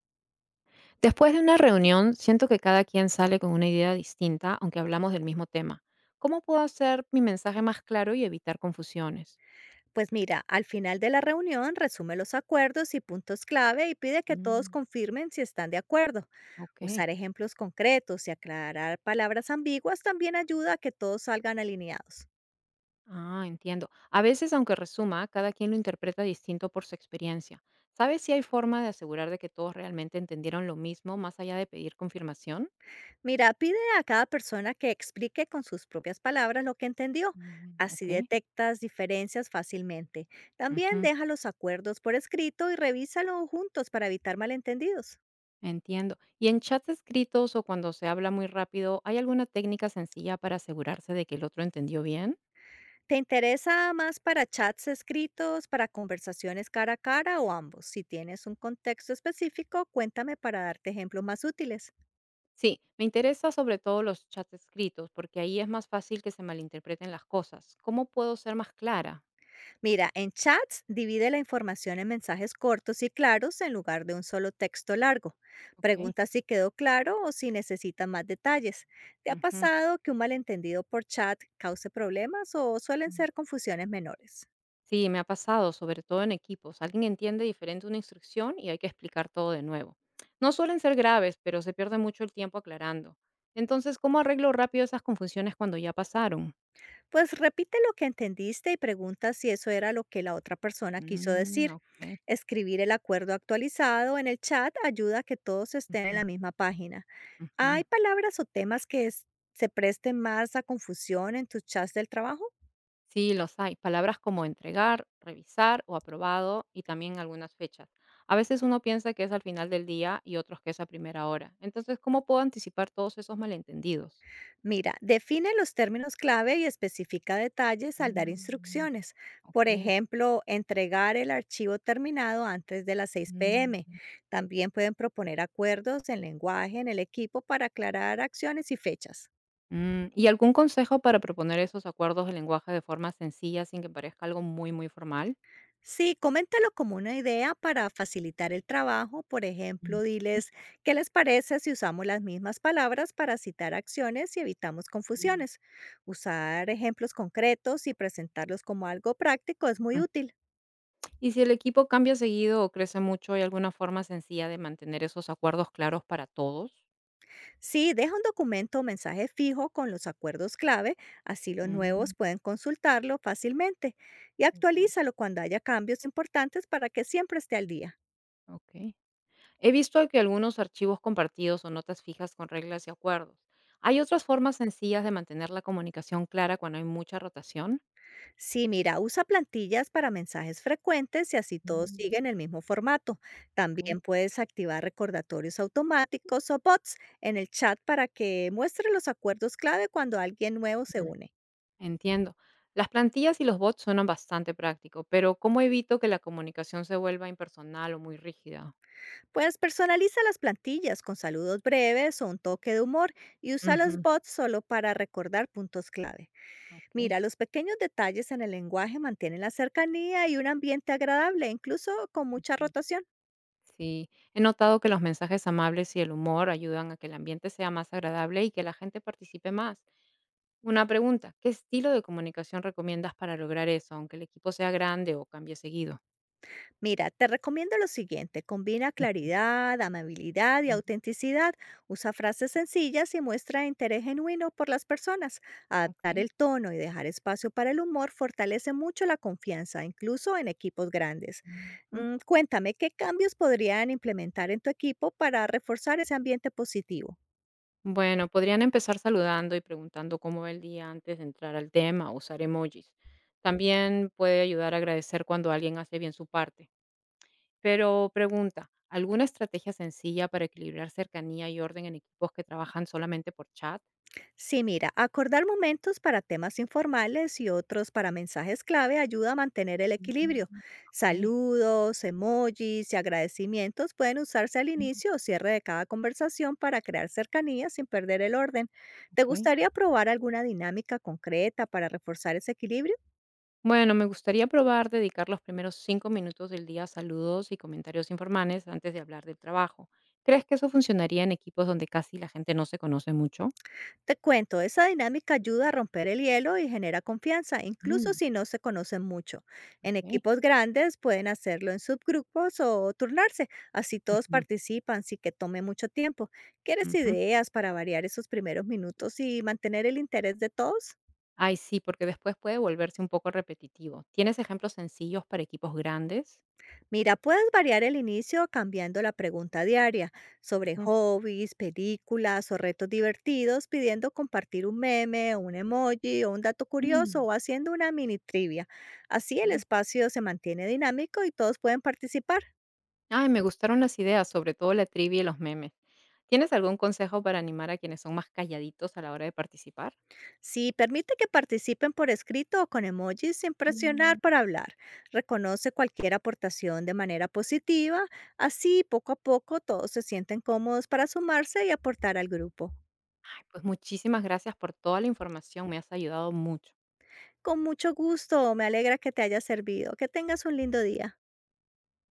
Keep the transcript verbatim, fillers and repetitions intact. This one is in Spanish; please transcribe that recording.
Después de una reunión, siento que cada quien sale con una idea distinta, aunque hablamos del mismo tema. ¿Cómo puedo hacer mi mensaje más claro y evitar confusiones? Pues mira, al final de la reunión resume los acuerdos y puntos clave y pide que todos Mm, confirmen si están de acuerdo. ok. Usar ejemplos concretos y aclarar palabras ambiguas también ayuda a que todos salgan alineados. Ah, entiendo. A veces, aunque resuma, cada quien lo interpreta distinto por su experiencia. ¿Sabes si hay forma de asegurar de que todos realmente entendieron lo mismo más allá de pedir confirmación? Mira, pide a cada persona que explique con sus propias palabras lo que entendió. Mm, Así ok. detectas diferencias fácilmente. También Ujú, deja los acuerdos por escrito y revísalo juntos para evitar malentendidos. entiendo. ¿Y en chats escritos o cuando se habla muy rápido, hay alguna técnica sencilla para asegurarse de que el otro entendió bien? ¿Te interesa más para chats escritos, para conversaciones cara a cara o ambos? Si tienes un contexto específico, cuéntame para darte ejemplos más útiles. Sí, me interesa sobre todo los chats escritos, porque ahí es más fácil que se malinterpreten las cosas. ¿Cómo puedo ser más clara? Mira, en chats divide la información en mensajes cortos y claros en lugar de un solo texto largo. Ok. Pregunta si quedó claro o si necesitas más detalles. ¿Te ha Ujú. pasado que un malentendido por chat cause problemas o suelen Mm. ser confusiones menores? Sí, me ha pasado, sobre todo en equipos. Alguien entiende diferente una instrucción y hay que explicar todo de nuevo. No suelen ser graves, pero se pierde mucho el tiempo aclarando. Entonces, ¿cómo arreglo rápido esas confusiones cuando ya pasaron? Pues repite lo que entendiste y pregunta si eso era lo que la otra persona quiso Mm, decir. ok. Escribir el acuerdo actualizado en el chat ayuda a que todos estén en Ujú, la misma página. ujú. ¿Hay palabras o temas que es- se presten más a confusión en tus chats del trabajo? Sí, los hay. Palabras como entregar, revisar o aprobado y también algunas fechas. A veces uno piensa que es al final del día y otros que es a primera hora. Entonces, ¿cómo puedo anticipar todos esos malentendidos? Mira, define los términos clave y especifica detalles al dar Mm, instrucciones. Por ok. ejemplo, entregar el archivo terminado antes de las 6 Mm. p.m. También pueden proponer acuerdos en lenguaje en el equipo para aclarar acciones y fechas. Mm, ¿y algún consejo para proponer esos acuerdos de lenguaje de forma sencilla sin que parezca algo muy, muy formal? Sí, coméntalo como una idea para facilitar el trabajo. Por Mm, ejemplo, mm, diles, ¿qué les parece si usamos las mismas palabras para citar acciones y evitamos confusiones? Usar ejemplos concretos y presentarlos como algo práctico es muy mm. útil. Y si el equipo cambia seguido o crece mucho, ¿hay alguna forma sencilla de mantener esos acuerdos claros para todos? Sí, deja un documento o mensaje fijo con los acuerdos clave, así los Mm, nuevos pueden consultarlo fácilmente y entiendo. actualízalo cuando haya cambios importantes para que siempre esté al día. Ok. He visto que algunos archivos compartidos o notas fijas con reglas y acuerdos. ¿Hay otras formas sencillas de mantener la comunicación clara cuando hay mucha rotación? Sí, mira, usa plantillas para mensajes frecuentes y así todos Mm, siguen el mismo formato. ok. También puedes activar recordatorios automáticos o bots en el chat para que muestre los acuerdos clave cuando alguien nuevo se Mm, une. entiendo. Las plantillas y los bots suenan bastante práctico, pero ¿cómo evito que la comunicación se vuelva impersonal o muy rígida? Pues personaliza las plantillas con saludos breves o un toque de humor y usa los Ujú. bots solo para recordar puntos clave. Ok. Mira, los pequeños detalles en el lenguaje mantienen la cercanía y un ambiente agradable, incluso con mucha rotación. Sí, he notado que los mensajes amables y el humor ayudan a que el ambiente sea más agradable y que la gente participe más. Una pregunta, ¿qué estilo de comunicación recomiendas para lograr eso, aunque el equipo sea grande o cambie seguido? Mira, te recomiendo lo siguiente, combina claridad, amabilidad y Ujú. autenticidad, usa frases sencillas y muestra interés genuino por las personas. Ok. Adaptar el tono y dejar espacio para el humor fortalece mucho la confianza, incluso en equipos grandes. Ujú. Mm, cuéntame, ¿qué cambios podrían implementar en tu equipo para reforzar ese ambiente positivo? Bueno, podrían empezar saludando y preguntando cómo va el día antes de entrar al tema, o usar emojis. También puede ayudar a agradecer cuando alguien hace bien su parte. Pero pregunta, ¿alguna estrategia sencilla para equilibrar cercanía y orden en equipos que trabajan solamente por chat? Sí, mira, acordar momentos para temas informales y otros para mensajes clave ayuda a mantener el equilibrio. Mm. Ok, Saludos, emojis y agradecimientos pueden usarse al mm, inicio o cierre de cada conversación para crear cercanía sin perder el orden. ¿Te ok. gustaría probar alguna dinámica concreta para reforzar ese equilibrio? Bueno, me gustaría probar dedicar los primeros cinco minutos del día a saludos y comentarios informales antes de hablar del trabajo. ¿Crees que eso funcionaría en equipos donde casi la gente no se conoce mucho? Te cuento, esa dinámica ayuda a romper el hielo y genera confianza, incluso Mm. si no se conocen mucho. En Ok. equipos grandes pueden hacerlo en subgrupos o turnarse, así todos Ujú, participan sin que tome mucho tiempo. ¿Quieres ujú. ideas para variar esos primeros minutos y mantener el interés de todos? Ay, sí, porque después puede volverse un poco repetitivo. ¿Tienes ejemplos sencillos para equipos grandes? Mira, puedes variar el inicio cambiando la pregunta diaria sobre Ujú. hobbies, películas o retos divertidos, pidiendo compartir un meme, un emoji o un dato curioso Mm. o haciendo una mini trivia. Así el Ok. espacio se mantiene dinámico y todos pueden participar. Ay, me gustaron las ideas, sobre todo la trivia y los memes. ¿Tienes algún consejo para animar a quienes son más calladitos a la hora de participar? Si permite que participen por escrito o con emojis sin presionar Mm. para hablar. Reconoce cualquier aportación de manera positiva. Así, poco a poco, todos se sienten cómodos para sumarse y aportar al grupo. Ay, pues muchísimas gracias por toda la información, me has ayudado mucho. Con mucho gusto, me alegra que te haya servido. Que tengas un lindo día.